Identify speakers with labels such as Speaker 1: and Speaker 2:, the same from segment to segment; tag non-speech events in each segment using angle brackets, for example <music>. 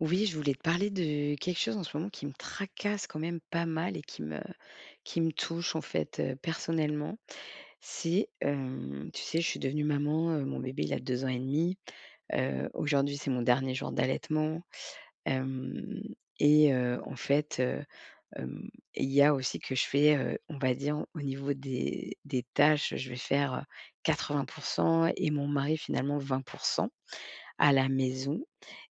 Speaker 1: Oui, je voulais te parler de quelque chose en ce moment qui me tracasse quand même pas mal et qui me touche en fait personnellement. Tu sais, je suis devenue maman, mon bébé il a 2 ans et demi. Aujourd'hui c'est mon dernier jour d'allaitement. Euh, et en fait, euh, il y a aussi que je fais, on va dire, au niveau des tâches, je vais faire 80% et mon mari finalement 20% à la maison.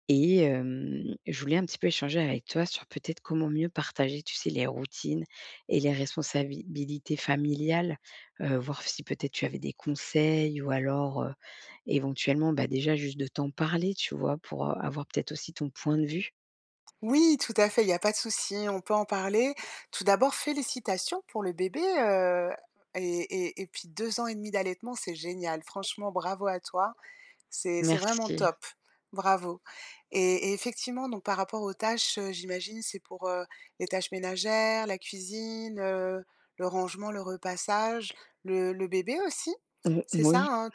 Speaker 1: Et je voulais un petit peu échanger avec toi sur peut-être comment mieux partager, tu sais, les routines et les responsabilités familiales, voir si peut-être tu avais des conseils ou alors, éventuellement, bah, déjà juste de t'en parler, tu vois? Pour, avoir peut-être aussi ton point de vue.
Speaker 2: Oui, tout à fait, il n'y a pas de souci, on peut en parler. Tout d'abord, félicitations pour le bébé, et et puis 2 ans et demi d'allaitement, c'est génial. Franchement, bravo à toi. C'est vraiment
Speaker 1: Merci.
Speaker 2: top. Bravo et effectivement, donc par rapport aux tâches, j'imagine, c'est pour, les tâches ménagères, la cuisine, le rangement, le repassage, le bébé aussi?
Speaker 1: Mmh,
Speaker 2: C'est ça,
Speaker 1: moui.
Speaker 2: hein?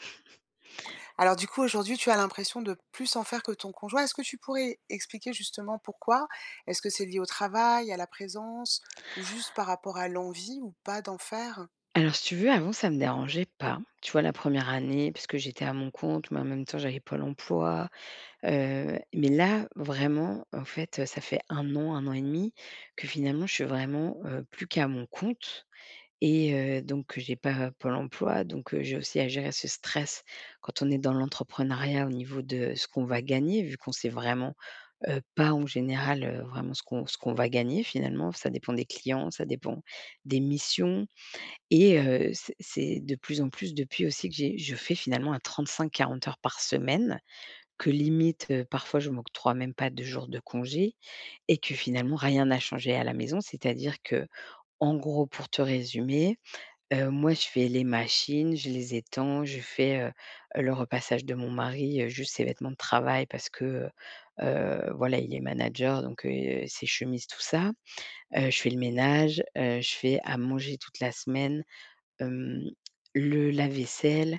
Speaker 2: Alors du coup, aujourd'hui, tu as l'impression de plus en faire que ton conjoint. Est-ce que tu pourrais expliquer justement pourquoi? Est-ce que c'est lié au travail, à la présence, ou juste par rapport à l'envie ou pas d'en faire?
Speaker 1: Alors, si tu veux, avant, ça me dérangeait pas. Tu vois, la première année, parce que j'étais à mon compte, mais en même temps, j'avais Pôle emploi. Mais là, vraiment, en fait, ça fait un an et demi que finalement je suis vraiment, plus qu'à mon compte et donc j'ai pas Pôle emploi, donc j'ai aussi à gérer ce stress quand on est dans l'entrepreneuriat au niveau de ce qu'on va gagner, vu qu'on sait vraiment, pas en général, vraiment ce qu'on va gagner finalement. Ça dépend des clients, ça dépend des missions et c'est de plus en plus depuis aussi que j'ai je fais finalement un 35-40 heures par semaine que limite, parfois je m'octroie même pas 2 jours de congé et que finalement rien n'a changé à la maison. C'est-à-dire que en gros pour te résumer, moi je fais les machines, je les étends, je fais, le repassage de mon mari, juste ses vêtements de travail parce que, heu voilà il est manager donc, ses chemises tout ça. Je fais le ménage, je fais à manger toute la semaine. Hem, le lave-vaisselle,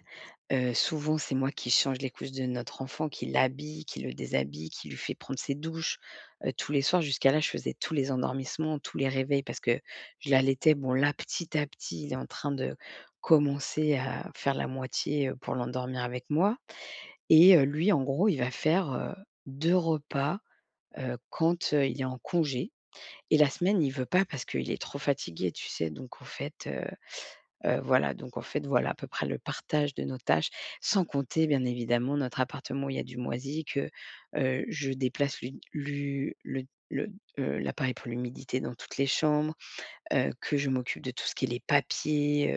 Speaker 1: souvent c'est moi qui change les couches de notre enfant, qui l'habille, qui le déshabille, qui lui fait prendre ses douches, tous les soirs. Jusqu'à là, je faisais tous les endormissements, tous les réveils parce que je l'allaitais. Bon là, petit à petit, il est en train de commencer à faire la moitié, pour l'endormir avec moi et lui, en gros, il va faire, 2 repas, quand, il est en congé et la semaine, il veut pas parce qu'il est trop fatigué, tu sais? Donc en fait, voilà, donc en fait, voilà à peu près le partage de nos tâches, sans compter bien évidemment notre appartement où il y a du moisi que, je déplace le, l'appareil pour l'humidité dans toutes les chambres, que je m'occupe de tout ce qui est les papiers,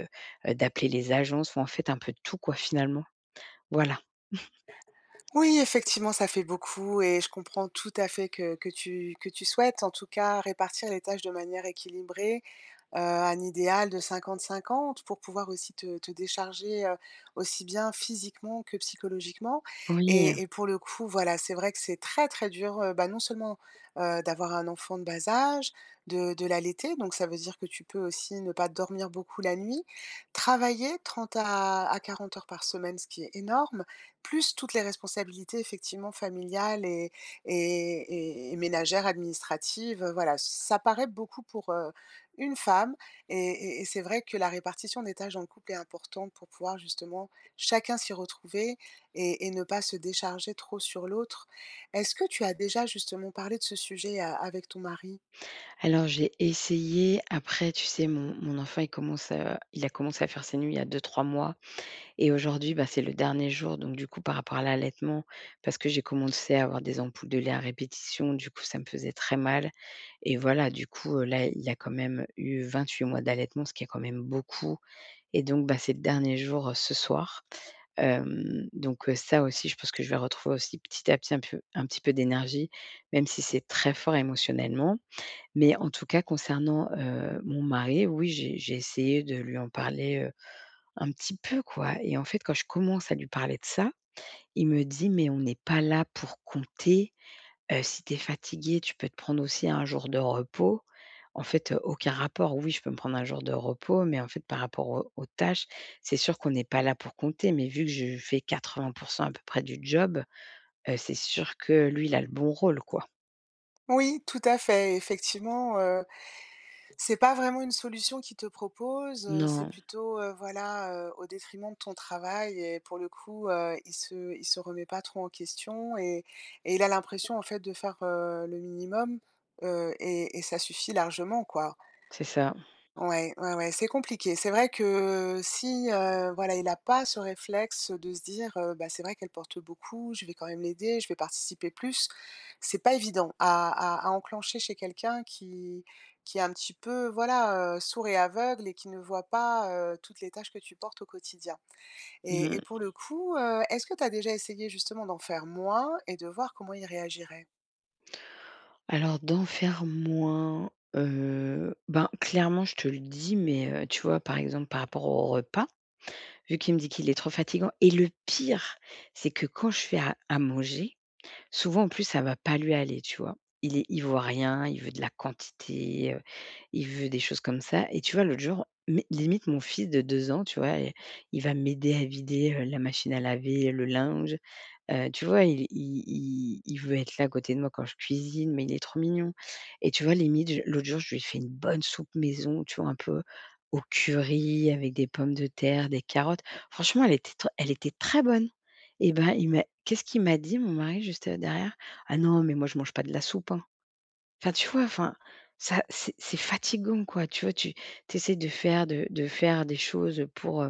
Speaker 1: d'appeler les agences, enfin en fait un peu tout quoi finalement. Voilà.
Speaker 2: Oui, effectivement, ça fait beaucoup et je comprends tout à fait que tu souhaites, en tout cas, répartir les tâches de manière équilibrée, un idéal de 50-50 pour pouvoir aussi te décharger, aussi bien physiquement que psychologiquement,
Speaker 1: Oui,
Speaker 2: et pour le coup, voilà, c'est vrai que c'est très, très dur, bah, non seulement, d'avoir un enfant de bas âge, de l'allaiter, donc ça veut dire que tu peux aussi ne pas dormir beaucoup la nuit, travailler 30 à 40 heures par semaine, ce qui est énorme, plus toutes les responsabilités effectivement familiales et ménagères, administratives, voilà, ça paraît beaucoup pour, une femme, et c'est vrai que la répartition des tâches dans le couple est importante pour pouvoir justement chacun s'y retrouver, et ne pas se décharger trop sur l'autre. Est-ce que tu as déjà justement parlé de ce sujet a avec ton mari?
Speaker 1: alors j'ai essayé après tu sais mon enfant il a commencé à faire ses nuits il y a 2-3 mois. Et aujourd'hui, bah, c'est le dernier jour, donc du coup, par rapport à l'allaitement, parce que j'ai commencé à avoir des ampoules de lait à répétition, du coup, ça me faisait très mal. Et voilà, du coup, là, il a quand même eu 28 mois d'allaitement, ce qui est quand même beaucoup. Et donc, bah, c'est le dernier jour, ce soir. Donc, ça aussi, je pense que je vais retrouver aussi petit à petit un petit peu d'énergie, même si c'est très fort émotionnellement. Mais en tout cas, concernant, mon mari, oui, j'ai essayé de lui en parler, un petit peu quoi et en fait, quand je commence à lui parler de ça, il me dit: «Mais on n'est pas là pour compter, si tu es fatiguée, tu peux te prendre aussi un jour de repos». En fait, aucun rapport. Oui, je peux me prendre un jour de repos, mais en fait, par rapport aux tâches, c'est sûr qu'on n'est pas là pour compter, mais vu que je fais 80 à peu près du job, c'est sûr que lui, il a le bon rôle quoi.
Speaker 2: Oui, tout à fait, effectivement, c'est pas vraiment une solution qu'ils te proposent, c'est
Speaker 1: Non,
Speaker 2: plutôt, voilà, au détriment de ton travail, et pour le coup, il se remet pas trop en question, et il a l'impression en fait de faire, le minimum, et ça suffit largement quoi.
Speaker 1: c'est ça.
Speaker 2: Ouais, ouais, ouais, c'est compliqué. C'est vrai que si, voilà, il n'a pas ce réflexe de se dire, «Bah, c'est vrai qu'elle porte beaucoup, je vais quand même l'aider, je vais participer plus». C'est pas évident à enclencher chez quelqu'un qui est un petit peu, voilà, sourd et aveugle et qui ne voit pas, toutes les tâches que tu portes au quotidien, et
Speaker 1: Mmh.
Speaker 2: pour le coup, est-ce que tu as déjà essayé justement d'en faire moins et de voir comment il réagirait?
Speaker 1: Alors d'en faire moins, ben, clairement je te le dis, mais, tu vois, par exemple, par rapport au repas, vu qu'il me dit qu'il est trop fatigant. Et le pire, c'est que quand je fais à manger, souvent en plus ça va pas lui aller, tu vois? Il est ivoirien, il veut de la quantité, il veut des choses comme ça et tu vois, l'autre jour, mais limite mon fils de 2 ans, tu vois, il va m'aider à vider, la machine à laver, le linge. Tu vois, il veut être là à côté de moi quand je cuisine, mais il est trop mignon et tu vois, limite, je l'autre jour, je lui ai fait une bonne soupe maison, tu vois, un peu au curry avec des pommes de terre, des carottes. Franchement, elle était très bonne et ben, il m'a qu'est-ce qu'il m'a dit mon mari juste, derrière? «Ah non, mais moi je mange pas de la soupe, hein». Enfin, tu vois, enfin, ça c'est fatigant, quoi, tu vois? Tu essaies de faire des choses, pour,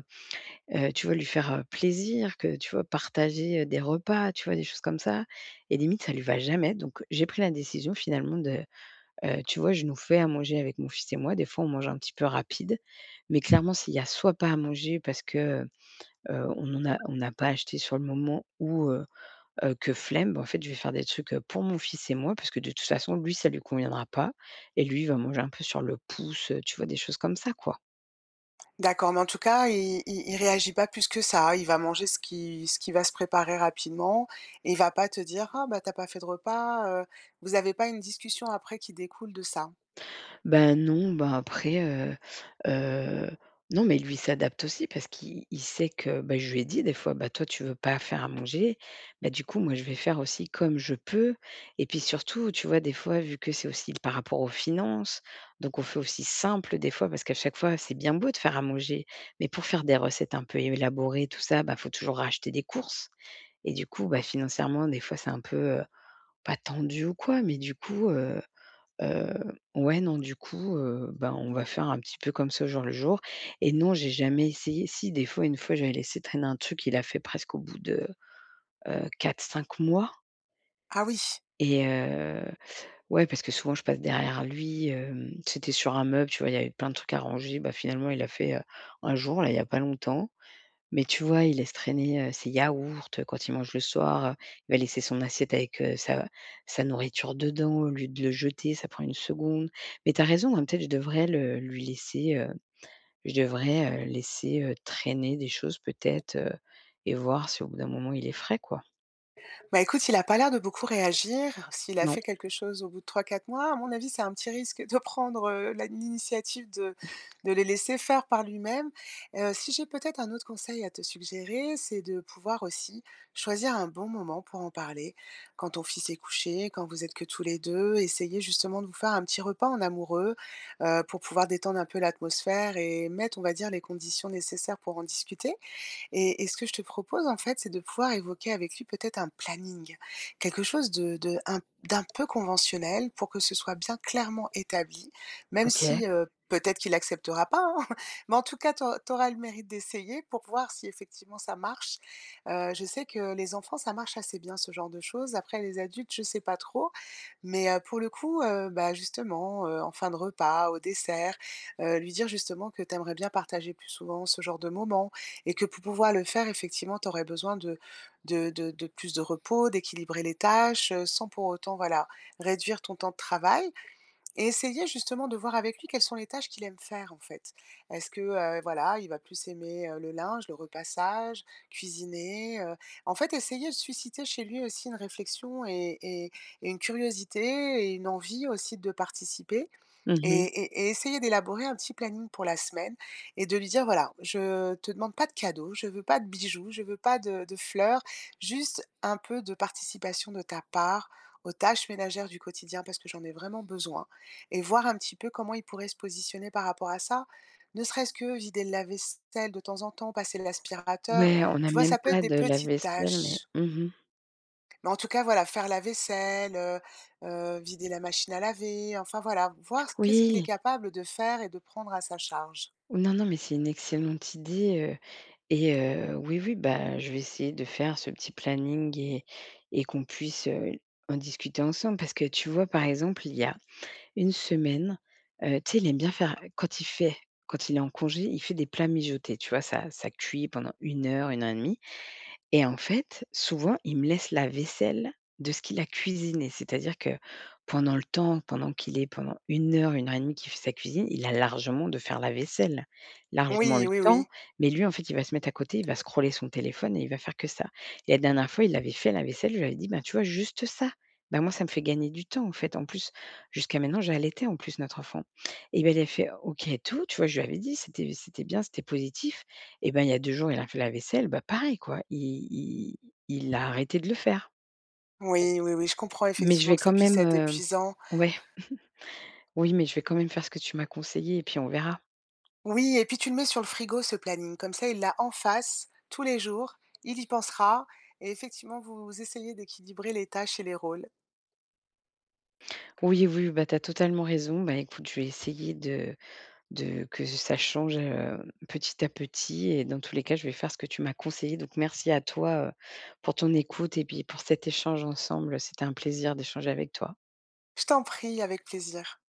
Speaker 1: heu, tu vois, lui faire, plaisir, que tu vois, partager, des repas, tu vois, des choses comme ça et limite ça lui va jamais donc j'ai pris la décision finalement de, tu vois, je nous fais à manger avec mon fils et moi. Des fois, on mange un petit peu rapide, mais clairement s'il y a soit pas à manger parce que, heu, on en a on n'a pas acheté sur le moment ou, que flemme, bah, en fait, je vais faire des trucs, pour mon fils et moi parce que de toute façon, lui, ça lui conviendra pas et lui, il va manger un peu sur le pouce, tu vois, des choses comme ça, quoi.
Speaker 2: D'accord, mais en tout cas, il réagit pas plus que ça. Il va manger ce qui va se préparer rapidement, et il va pas te dire: «Ah bah, t'as pas fait de repas», vous avez pas une discussion après qui découle de ça?
Speaker 1: Bah, non, bah, aprèsheu, non, mais lui, s'adapte aussi parce qu'il sait que, bah, je lui ai dit des fois: «Bah, toi, tu veux pas faire à manger, bah, du coup, moi, je vais faire aussi comme je peux» et puis surtout, tu vois, des fois, vu que c'est aussi par rapport aux finances, donc on fait aussi simple des fois parce qu'à chaque fois, c'est bien beau de faire à manger, mais pour faire des recettes un peu élaborées, tout ça, bah, faut toujours racheter des courses et du coup, bah, financièrement, des fois, c'est un peu, pas tendu ou quoi, mais du coup, ouais, non, du coup, ben, on va faire un petit peu comme ça au jour le jour et non, j'ai jamais essayé. Si, des fois, une fois, j'avais laissé traîner un truc, il a fait presque au bout de, 4, 5 mois
Speaker 2: Ah oui.
Speaker 1: et ouais, parce que souvent, je passe derrière lui, c'était sur un meuble, tu vois? Il y avait plein de trucs à ranger. Bah, finalement, il a fait, un jour, là, il y a pas longtemps mais tu vois, il laisse traîner, ses yaourts, quand il mange le soir, il va laisser son assiette avec, sa nourriture dedans, au lieu de le jeter, ça prend une seconde. Mais tu as raison, hein, peut-être je devrais le lui laisser, je devrais, laisser, traîner des choses peut-être, et voir si au bout d'un moment il est frais, quoi.
Speaker 2: Bah, écoute, il a pas l'air de beaucoup réagir. S'il a
Speaker 1: Non,
Speaker 2: fait quelque chose au bout de trois quatre mois, à mon avis, c'est un petit risque de prendre, la l'initiative de les laisser faire par lui-même. Si j'ai peut-être un autre conseil à te suggérer, c'est de pouvoir aussi choisir un bon moment pour en parler. Quand ton fils est couché, quand vous êtes que tous les 2, essayez justement de vous faire un petit repas en amoureux, pour pouvoir détendre un peu l'atmosphère et mettre, on va dire, les conditions nécessaires pour en discuter. Et ce que je te propose, en fait, c'est de pouvoir évoquer avec lui peut-être un planning, quelque chose de un d'un peu conventionnel pour que ce soit bien clairement établi, même
Speaker 1: OK.
Speaker 2: si, peut-être qu'il acceptera pas, hein, <laughs> mais en tout cas, tu auras le mérite d'essayer pour voir si effectivement ça marche. Je sais que les enfants, ça marche assez bien ce genre de choses. Après les adultes, je sais pas trop, mais pour le coup, bah, justement, en fin de repas, au dessert, lui dire justement que tu aimerais bien partager plus souvent ce genre de moments et que pour pouvoir le faire, effectivement, tu aurais besoin de plus de repos, d'équilibrer les tâches, sans pour autant, voilà, réduire ton temps de travail, et essayer justement de voir avec lui quelles sont les tâches qu'il aime faire, en fait. Est-ce que, voilà, il va plus aimer, le linge, le repassage, cuisiner, heu? En fait, essayer de susciter chez lui aussi une réflexion, et une curiosité et une envie aussi de participer,
Speaker 1: Mmh.
Speaker 2: et essayer d'élaborer un petit planning pour la semaine et de lui dire: «Voilà, je te demande pas de cadeaux, je veux pas de bijoux, je veux pas de fleurs, juste un peu de participation de ta part aux tâches ménagères du quotidien parce que j'en ai vraiment besoin», et voir un petit peu comment il pourrait se positionner par rapport à ça. Ne serait-ce que vider le lave-vaisselle de temps en temps, passer l'aspirateur,
Speaker 1: Ouais, on a
Speaker 2: tu vois?
Speaker 1: même
Speaker 2: Ça peut être
Speaker 1: pas
Speaker 2: des
Speaker 1: de
Speaker 2: petites
Speaker 1: lave-vaisselle mais
Speaker 2: tâches. Mais en tout cas, voilà, faire la vaisselle, vider la machine à laver, enfin voilà, voir qu'est-ce qu'il est
Speaker 1: Oui.
Speaker 2: capable de faire et de prendre à sa charge.
Speaker 1: Non, non, mais c'est une excellente idée. Et oui, oui, bah, je vais essayer de faire ce petit planning et qu'on puisse, en discuter ensemble. Parce que tu vois, par exemple, il y a une semaine, tu sais, il aime bien faire quand il est en congé, il fait des plats mijotés, tu vois? Ça cuit pendant 1 heure, 1 heure et demie. Et en fait, souvent, il me laisse la vaisselle de ce qu'il a cuisiné. C'est-à-dire que pendant le temps, pendant qu'il est pendant 1 heure, 1 heure et demie qu'il fait sa cuisine, il a largement de faire la vaisselle, largement
Speaker 2: Oui,
Speaker 1: le
Speaker 2: oui, oui.
Speaker 1: temps. Mais lui, en fait, il va se mettre à côté, il va scroller son téléphone et il va faire que ça. Et la dernière fois, il avait fait la vaisselle, je lui avais dit: «Ben, tu vois, juste ça, ben, moi, ça me fait gagner du temps, en fait». En plus, jusqu'à maintenant, j'ai allaité en plus notre enfant. Et ben, il avait fait: «OK et tout», tu vois, je lui avais dit: «C'était bien, c'était positif». Et ben, il y a 2 jours, il a fait la vaisselle, bah, pareil quoi, i il a arrêté de le faire.
Speaker 2: Oui, oui, oui, je comprends
Speaker 1: Mais je
Speaker 2: effectivement
Speaker 1: vais
Speaker 2: que ça
Speaker 1: quand
Speaker 2: puisse
Speaker 1: même,
Speaker 2: être
Speaker 1: heu
Speaker 2: épuisant.
Speaker 1: ouais, oui, mais je vais quand même faire ce que tu m'as conseillé et puis on verra.
Speaker 2: Oui, et puis tu le mets sur le frigo ce planning, comme ça il l'a en face tous les jours, il y pensera et effectivement vous essayez d'équilibrer les tâches et les rôles.
Speaker 1: Oui, oui, bah, tu as totalement raison. Bah, écoute, je vais essayer de que ça change, petit à petit et dans tous les cas, je vais faire ce que tu m'as conseillé. Donc merci à toi, pour ton écoute et puis pour cet échange ensemble. C'était un plaisir d'échanger avec toi.
Speaker 2: Je t'en prie, avec plaisir.